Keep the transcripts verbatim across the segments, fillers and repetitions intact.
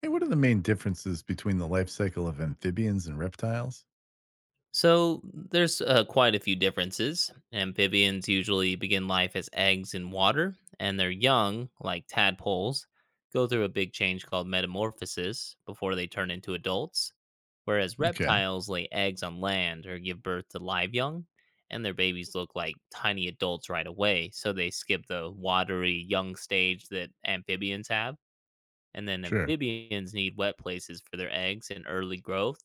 Hey, what are the main differences between the life cycle of amphibians and reptiles? So there's uh, quite a few differences. Amphibians usually begin life as eggs in water, and their young, like tadpoles, go through a big change called metamorphosis before they turn into adults. Whereas Okay, reptiles lay eggs on land or give birth to live young, and their babies look like tiny adults right away, so they skip the watery young stage that amphibians have, and then sure. amphibians need wet places for their eggs and early growth,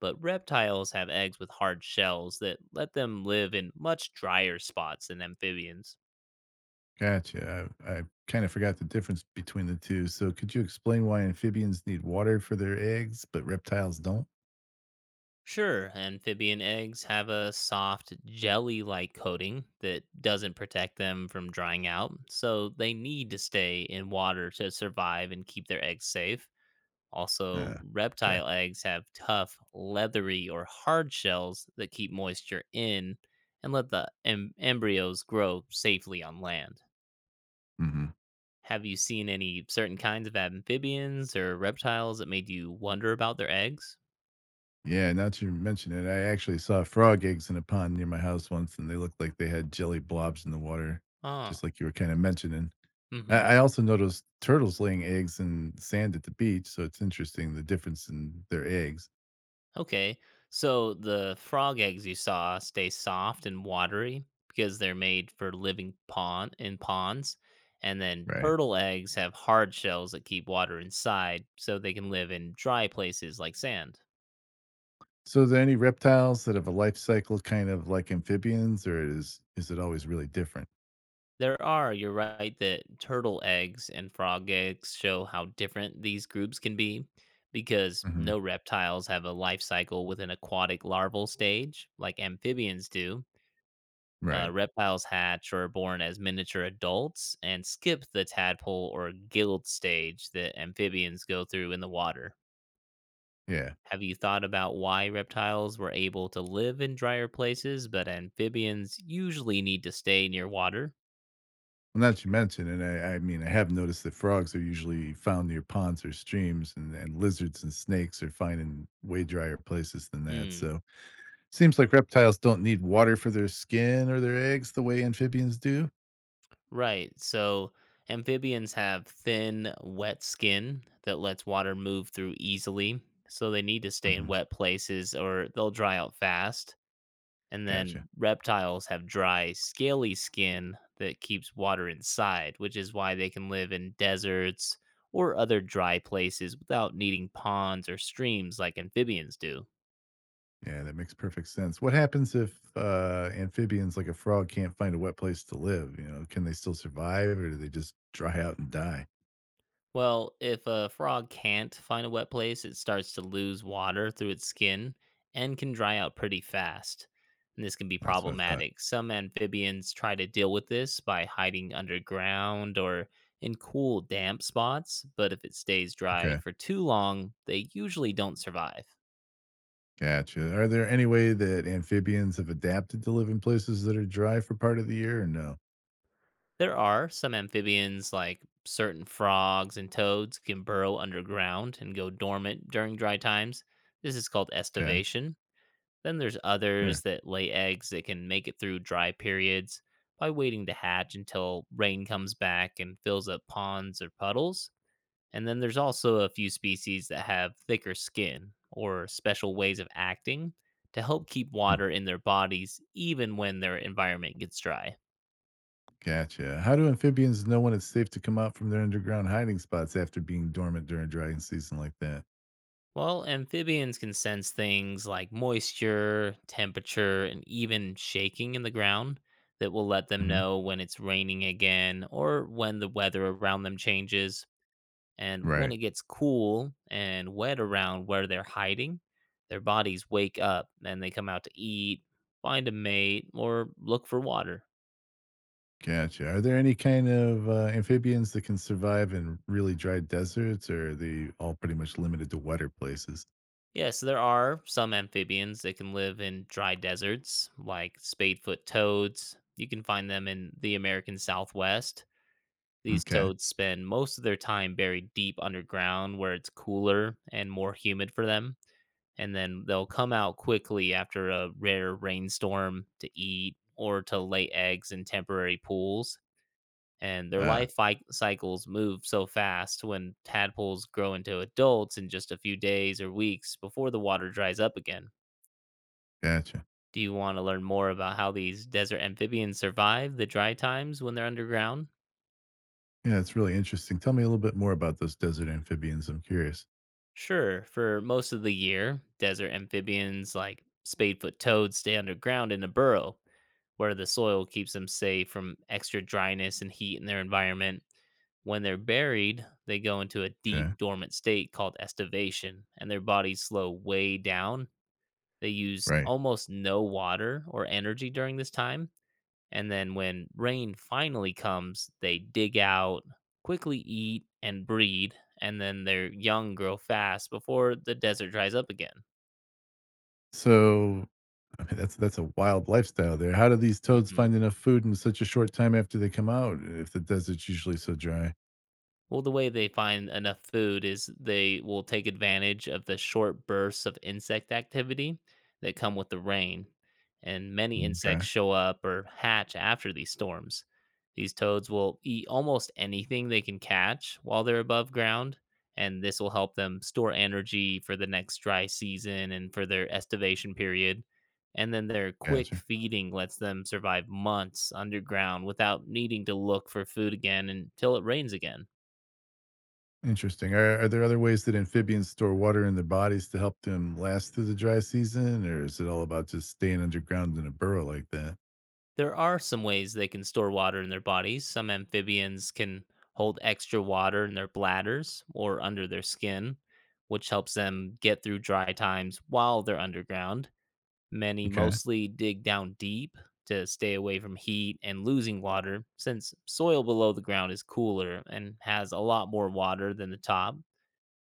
but reptiles have eggs with hard shells that let them live in much drier spots than amphibians. Gotcha. I, I kind of forgot the difference between the two. So, could you explain why amphibians need water for their eggs, but reptiles don't? Sure, amphibian eggs have a soft, jelly like coating that doesn't protect them from drying out, so they need to stay in water to survive and keep their eggs safe. Also, Uh, okay. reptile eggs have tough, leathery, or hard shells that keep moisture in and let the em- embryos grow safely on land. Hmm. Have you seen any certain kinds of amphibians or reptiles that made you wonder about their eggs? Yeah, now that you mention it, I actually saw frog eggs in a pond near my house once, and they looked like they had jelly blobs in the water, Ah, just like you were kind of mentioning. mm I hmm. I also noticed turtles laying eggs in sand at the beach, so it's interesting the difference in their eggs. Okay, so the frog eggs you saw stay soft and watery because they're made for living pond in ponds, and then Right. turtle eggs have hard shells that keep water inside, so they can live in dry places like sand. So, are there any reptiles that have a life cycle kind of like amphibians, or is is it always really different? There are, you're right, that turtle eggs and frog eggs show how different these groups can be, because Mhm. no reptiles have a life cycle with an aquatic larval stage like amphibians do. Uh, Right. Reptiles hatch or are born as miniature adults and skip the tadpole or guild stage that amphibians go through in the water. Yeah. Have you thought about why reptiles were able to live in drier places, but amphibians usually need to stay near water? Well, now that you mention it, I, I mean, I have noticed that frogs are usually found near ponds or streams, and, and lizards and snakes are found in way drier places than that. Hmm, So, seems like reptiles don't need water for their skin or their eggs the way amphibians do. right. So amphibians have thin, wet skin that lets water move through easily, so they need to stay in Hmm. wet places or they'll dry out fast. And then Gotcha. reptiles have dry, scaly skin that keeps water inside, which is why they can live in deserts or other dry places without needing ponds or streams like amphibians do. Yeah, that makes perfect sense. What happens if uh, amphibians like a frog can't find a wet place to live? You know, can they still survive or do they just dry out and die? Well, if a frog can't find a wet place, it starts to lose water through its skin and can dry out pretty fast. And this can be That's what I thought. problematic. Some amphibians try to deal with this by hiding underground or in cool, damp spots, but if it stays dry Okay, for too long, they usually don't survive. gotcha. Are there any way that amphibians have adapted to live in places that are dry for part of the year or no? There are some amphibians, like certain frogs and toads, can burrow underground and go dormant during dry times. This is called Okay, estivation. Then there's sure. others that lay eggs that can make it through dry periods by waiting to hatch until rain comes back and fills up ponds or puddles. And then there's also a few species that have thicker skin or special ways of acting to help keep Hmm. water in their bodies even when their environment gets dry. Gotcha. How do amphibians know when it's safe to come out from their underground hiding spots after being dormant during drying season like that? Well, amphibians can sense things like moisture, temperature, and even shaking in the ground that will let them Hmm. know when it's raining again or when the weather around them changes. And when Right. it gets cool and wet around where they're hiding, their bodies wake up and they come out to eat, find a mate, or look for water. Gotcha. Are there any kind of uh, amphibians that can survive in really dry deserts, or are they all pretty much limited to wetter places? Yes, there are some amphibians that can live in dry deserts, like spadefoot toads. You can find them in the American Southwest. These Okay. toads spend most of their time buried deep underground where it's cooler and more humid for them, and then they'll come out quickly after a rare rainstorm to eat or to lay eggs in temporary pools. And their Uh, life fi- cycles move so fast when tadpoles grow into adults in just a few days or weeks before the water dries up again. gotcha. Do you want to learn more about how these desert amphibians survive the dry times when they're underground? Yeah, it's really interesting. Tell me a little bit more about those desert amphibians. I'm curious. Sure, for most of the year, desert amphibians like spadefoot toads stay underground in a burrow where the soil keeps them safe from extra dryness and heat in their environment. When they're buried, they go into a Okay. deep dormant state called estivation, and their bodies slow way down. They use Right. almost no water or energy during this time, and then when rain finally comes, they dig out, quickly eat, and breed, and then their young grow fast before the desert dries up again. So, I mean, that's that's a wild lifestyle there. How do these toads Mhm. find enough food in such a short time after they come out if the desert's usually so dry? Well, the way they find enough food is they will take advantage of the short bursts of insect activity that come with the rain, and many insects Okay. show up or hatch after these storms. These toads will eat almost anything they can catch while they're above ground, and this will help them store energy for the next dry season and for their estivation period. And then their quick Gotcha. feeding lets them survive months underground without needing to look for food again until it rains again. Interesting. Are are there other ways that amphibians store water in their bodies to help them last through the dry season, or is it all about just staying underground in a burrow like that? There are some ways they can store water in their bodies. Some amphibians can hold extra water in their bladders or under their skin, which helps them get through dry times while they're underground. Many Okay. mostly dig down deep to stay away from heat and losing water, since soil below the ground is cooler and has a lot more water than the top.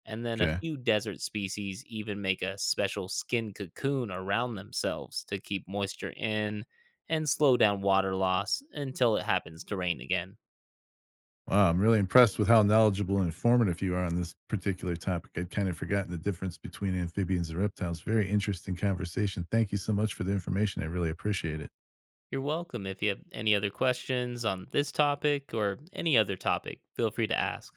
And then a Okay. few desert species even make a special skin cocoon around themselves to keep moisture in and slow down water loss until it happens to rain again. Wow, I'm really impressed with how knowledgeable and informative you are on this particular topic. I'd kind of forgotten the difference between amphibians and reptiles. Very interesting conversation. Thank you so much for the information. I really appreciate it. You're welcome. If you have any other questions on this topic or any other topic, feel free to ask.